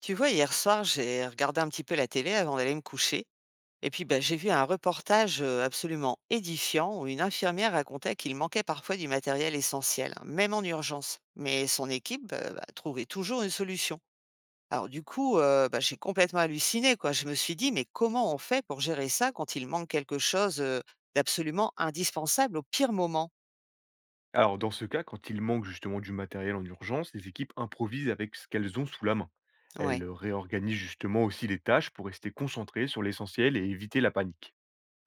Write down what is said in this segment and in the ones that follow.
Tu vois, hier soir, j'ai regardé un petit peu la télé avant d'aller me coucher. Et puis, bah, j'ai vu un reportage absolument édifiant où une infirmière racontait qu'il manquait parfois du matériel essentiel, hein, même en urgence. Mais son équipe bah, trouvait toujours une solution. Alors du coup, bah, j'ai complètement halluciné. Quoi. Je me suis dit, mais comment on fait pour gérer ça quand il manque quelque chose d'absolument indispensable au pire moment? Alors, dans ce cas, quand il manque justement du matériel en urgence, les équipes improvisent avec ce qu'elles ont sous la main. Elles Ouais. réorganisent justement aussi les tâches pour rester concentrées sur l'essentiel et éviter la panique.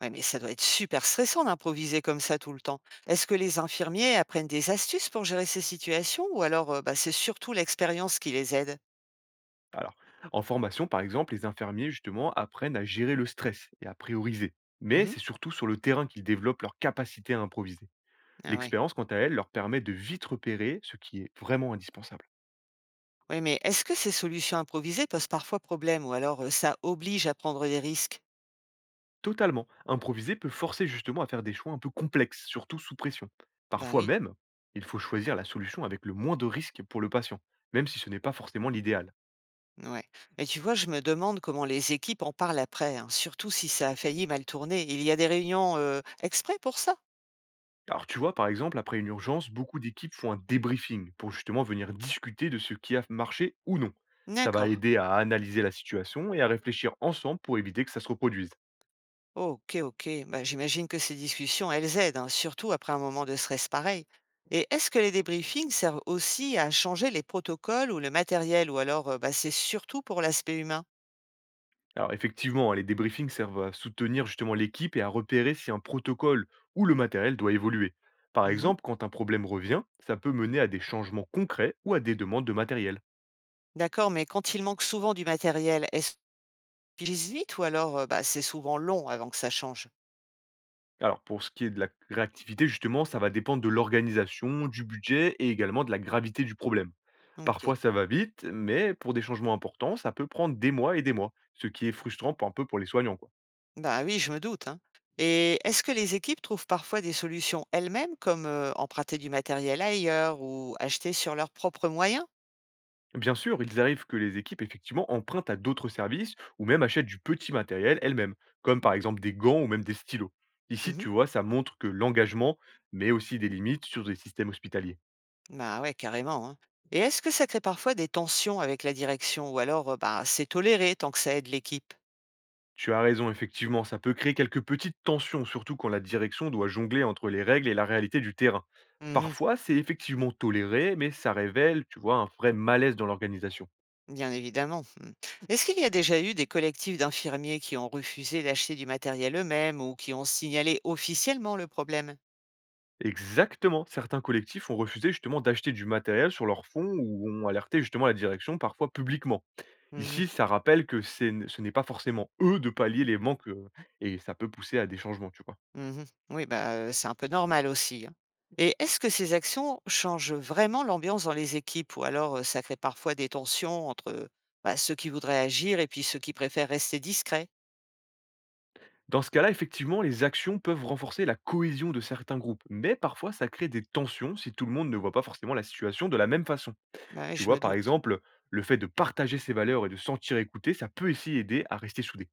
Ouais, mais ça doit être super stressant d'improviser comme ça tout le temps. Est-ce que les infirmiers apprennent des astuces pour gérer ces situations ou alors bah, c'est surtout l'expérience qui les aide. Alors, en formation, par exemple, les infirmiers justement apprennent à gérer le stress et à prioriser. Mais Mhm. c'est surtout sur le terrain qu'ils développent leur capacité à improviser. Ah ouais. L'expérience, quant à elle, leur permet de vite repérer ce qui est vraiment indispensable. Oui, mais est-ce que ces solutions improvisées posent parfois problème ou alors ça oblige à prendre des risques? Totalement. Improviser peut forcer justement à faire des choix un peu complexes, surtout sous pression. Bah Parfois oui. même, il faut choisir la solution avec le moins de risques pour le patient, même si ce n'est pas forcément l'idéal. Ouais. Mais tu vois, je me demande comment les équipes en parlent après, hein, surtout si ça a failli mal tourner. Il y a des réunions exprès pour ça? Alors tu vois, par exemple, après une urgence, beaucoup d'équipes font un débriefing pour justement venir discuter de ce qui a marché ou non. Ça va D'accord. aider à analyser la situation et à réfléchir ensemble pour éviter que ça se reproduise. OK, OK. Bah, j'imagine que ces discussions, elles aident, hein, surtout après un moment de stress pareil. Et est-ce que les débriefings servent aussi à changer les protocoles ou le matériel, ou alors bah, c'est surtout pour l'aspect humain? Alors effectivement, hein, les débriefings servent à soutenir justement l'équipe et à repérer si un protocole ou le matériel doit évoluer. Par Mhm. exemple, quand un problème revient, ça peut mener à des changements concrets ou à des demandes de matériel. D'accord, mais quand il manque souvent du matériel, est-ce qu'ils lisent vite ou alors bah, c'est souvent long avant que ça change? Alors pour ce qui est de la réactivité, justement, ça va dépendre de l'organisation, du budget et également de la gravité du problème. Ok. Parfois ça va vite, mais pour des changements importants, ça peut prendre des mois, ce qui est frustrant pour un peu pour les soignants. Bah oui, je me doute, hein. Et est-ce que les équipes trouvent parfois des solutions elles-mêmes, comme emprunter du matériel ailleurs ou acheter sur leurs propres moyens? Bien sûr, ils arrivent que les équipes effectivement empruntent à d'autres services ou même achètent du petit matériel elles-mêmes, comme par exemple des gants ou même des stylos. Ici, tu vois, ça montre que l'engagement, mais aussi des limites sur des systèmes hospitaliers. Bah ouais, carrément, hein. Et est-ce que ça crée parfois des tensions avec la direction ou alors bah, c'est toléré tant que ça aide l'équipe? Tu as raison, effectivement, ça peut créer quelques petites tensions, surtout quand la direction doit jongler entre les règles et la réalité du terrain. Mhm, Parfois, c'est effectivement toléré, mais ça révèle, tu vois, un vrai malaise dans l'organisation. bien évidemment. Mm. Est-ce qu'il y a déjà eu des collectifs d'infirmiers qui ont refusé d'acheter du matériel eux-mêmes ou qui ont signalé officiellement le problème? Exactement. Certains collectifs ont refusé justement d'acheter du matériel sur leur fonds ou ont alerté justement la direction, parfois publiquement. Mhm, Ici, ça rappelle que c'est n ce n'est pas forcément eux de pallier les manques, et ça peut pousser à des changements, tu vois? mhm. Oui, bah, c'est un peu normal aussi, hein. Et est-ce que ces actions changent vraiment l'ambiance dans les équipes ou alors ça crée parfois des tensions entre bah, ceux qui voudraient agir et puis ceux qui préfèrent rester discrets? Dans ce cas-là, effectivement, les actions peuvent renforcer la cohésion de certains groupes, mais parfois ça crée des tensions si tout le monde ne voit pas forcément la situation de la même façon. Ouais, Tu je me vois, par doute. exemple, le fait de partager ses valeurs et de se sentir écouté, ça peut aussi aider à rester soudé.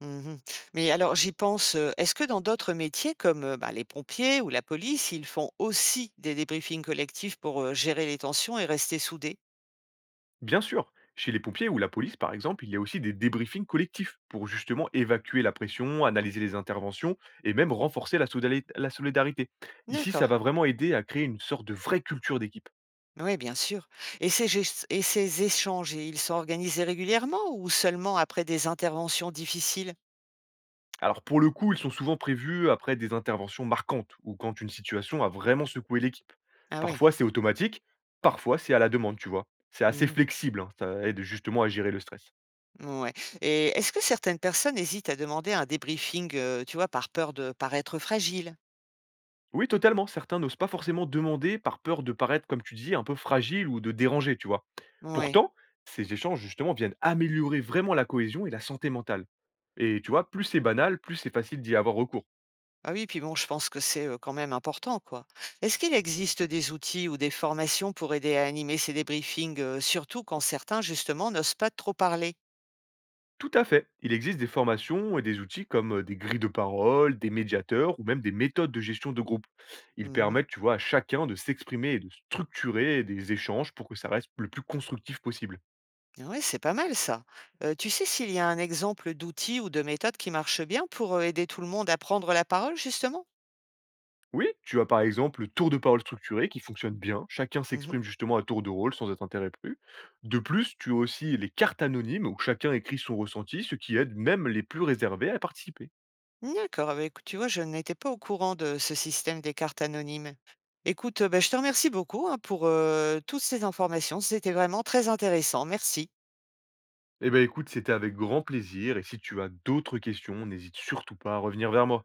Mmh. Mais alors j'y pense, est-ce que dans d'autres métiers comme, bah, les pompiers ou la police, ils font aussi des débriefings collectifs pour, gérer les tensions et rester soudés? Bien sûr, chez les pompiers ou la police, par exemple, il y a aussi des débriefings collectifs pour justement évacuer la pression, analyser les interventions et même renforcer la la solidarité. Ici, D'accord. ça va vraiment aider à créer une sorte de vraie culture d'équipe. Oui, bien sûr. Et ces gestes et ces échanges, ils sont organisés régulièrement ou seulement après des interventions difficiles? Alors pour le coup, ils sont souvent prévus après des interventions marquantes ou quand une situation a vraiment secoué l'équipe. Ah ouais. Parfois c'est automatique, parfois c'est à la demande, tu vois. C'est assez Mmh. flexible, hein, ça aide justement à gérer le stress. Ouais. Et est-ce que certaines personnes hésitent à demander un débriefing, tu vois, par peur de paraître fragile? Oui, totalement. Certains n'osent pas forcément demander par peur de paraître, comme tu dis, un peu fragile ou de déranger, tu vois. Ouais. Pourtant, ces échanges, justement, viennent améliorer vraiment la cohésion et la santé mentale. Et tu vois, plus c'est banal, plus c'est facile d'y avoir recours. Ah oui, puis bon, je pense que c'est, quand même important, quoi. Est-ce qu'il existe des outils ou des formations pour aider à animer ces débriefings, surtout quand certains, justement, n'osent pas trop parler? Tout à fait. Il existe des formations et des outils comme des grilles de parole, des médiateurs ou même des méthodes de gestion de groupe. Ils Mmh mh. permettent, tu vois, à chacun de s'exprimer et de structurer des échanges pour que ça reste le plus constructif possible. Ouais, c'est pas mal ça. Tu sais s'il y a un exemple d'outil ou de méthode qui marche bien pour, aider tout le monde à prendre la parole, justement? Oui, tu as par exemple le tour de parole structuré qui fonctionne bien. Chacun Mmh. s'exprime justement à tour de rôle sans être interrompu. De plus, tu as aussi les cartes anonymes où chacun écrit son ressenti, ce qui aide même les plus réservés à participer. D'accord, ah bah, écoute, tu vois, je n'étais pas au courant de ce système des cartes anonymes. Écoute, bah, je te remercie beaucoup, hein, pour, toutes ces informations. C'était vraiment très intéressant. Merci. Eh ben écoute, c'était avec grand plaisir et si tu as d'autres questions, n'hésite surtout pas à revenir vers moi.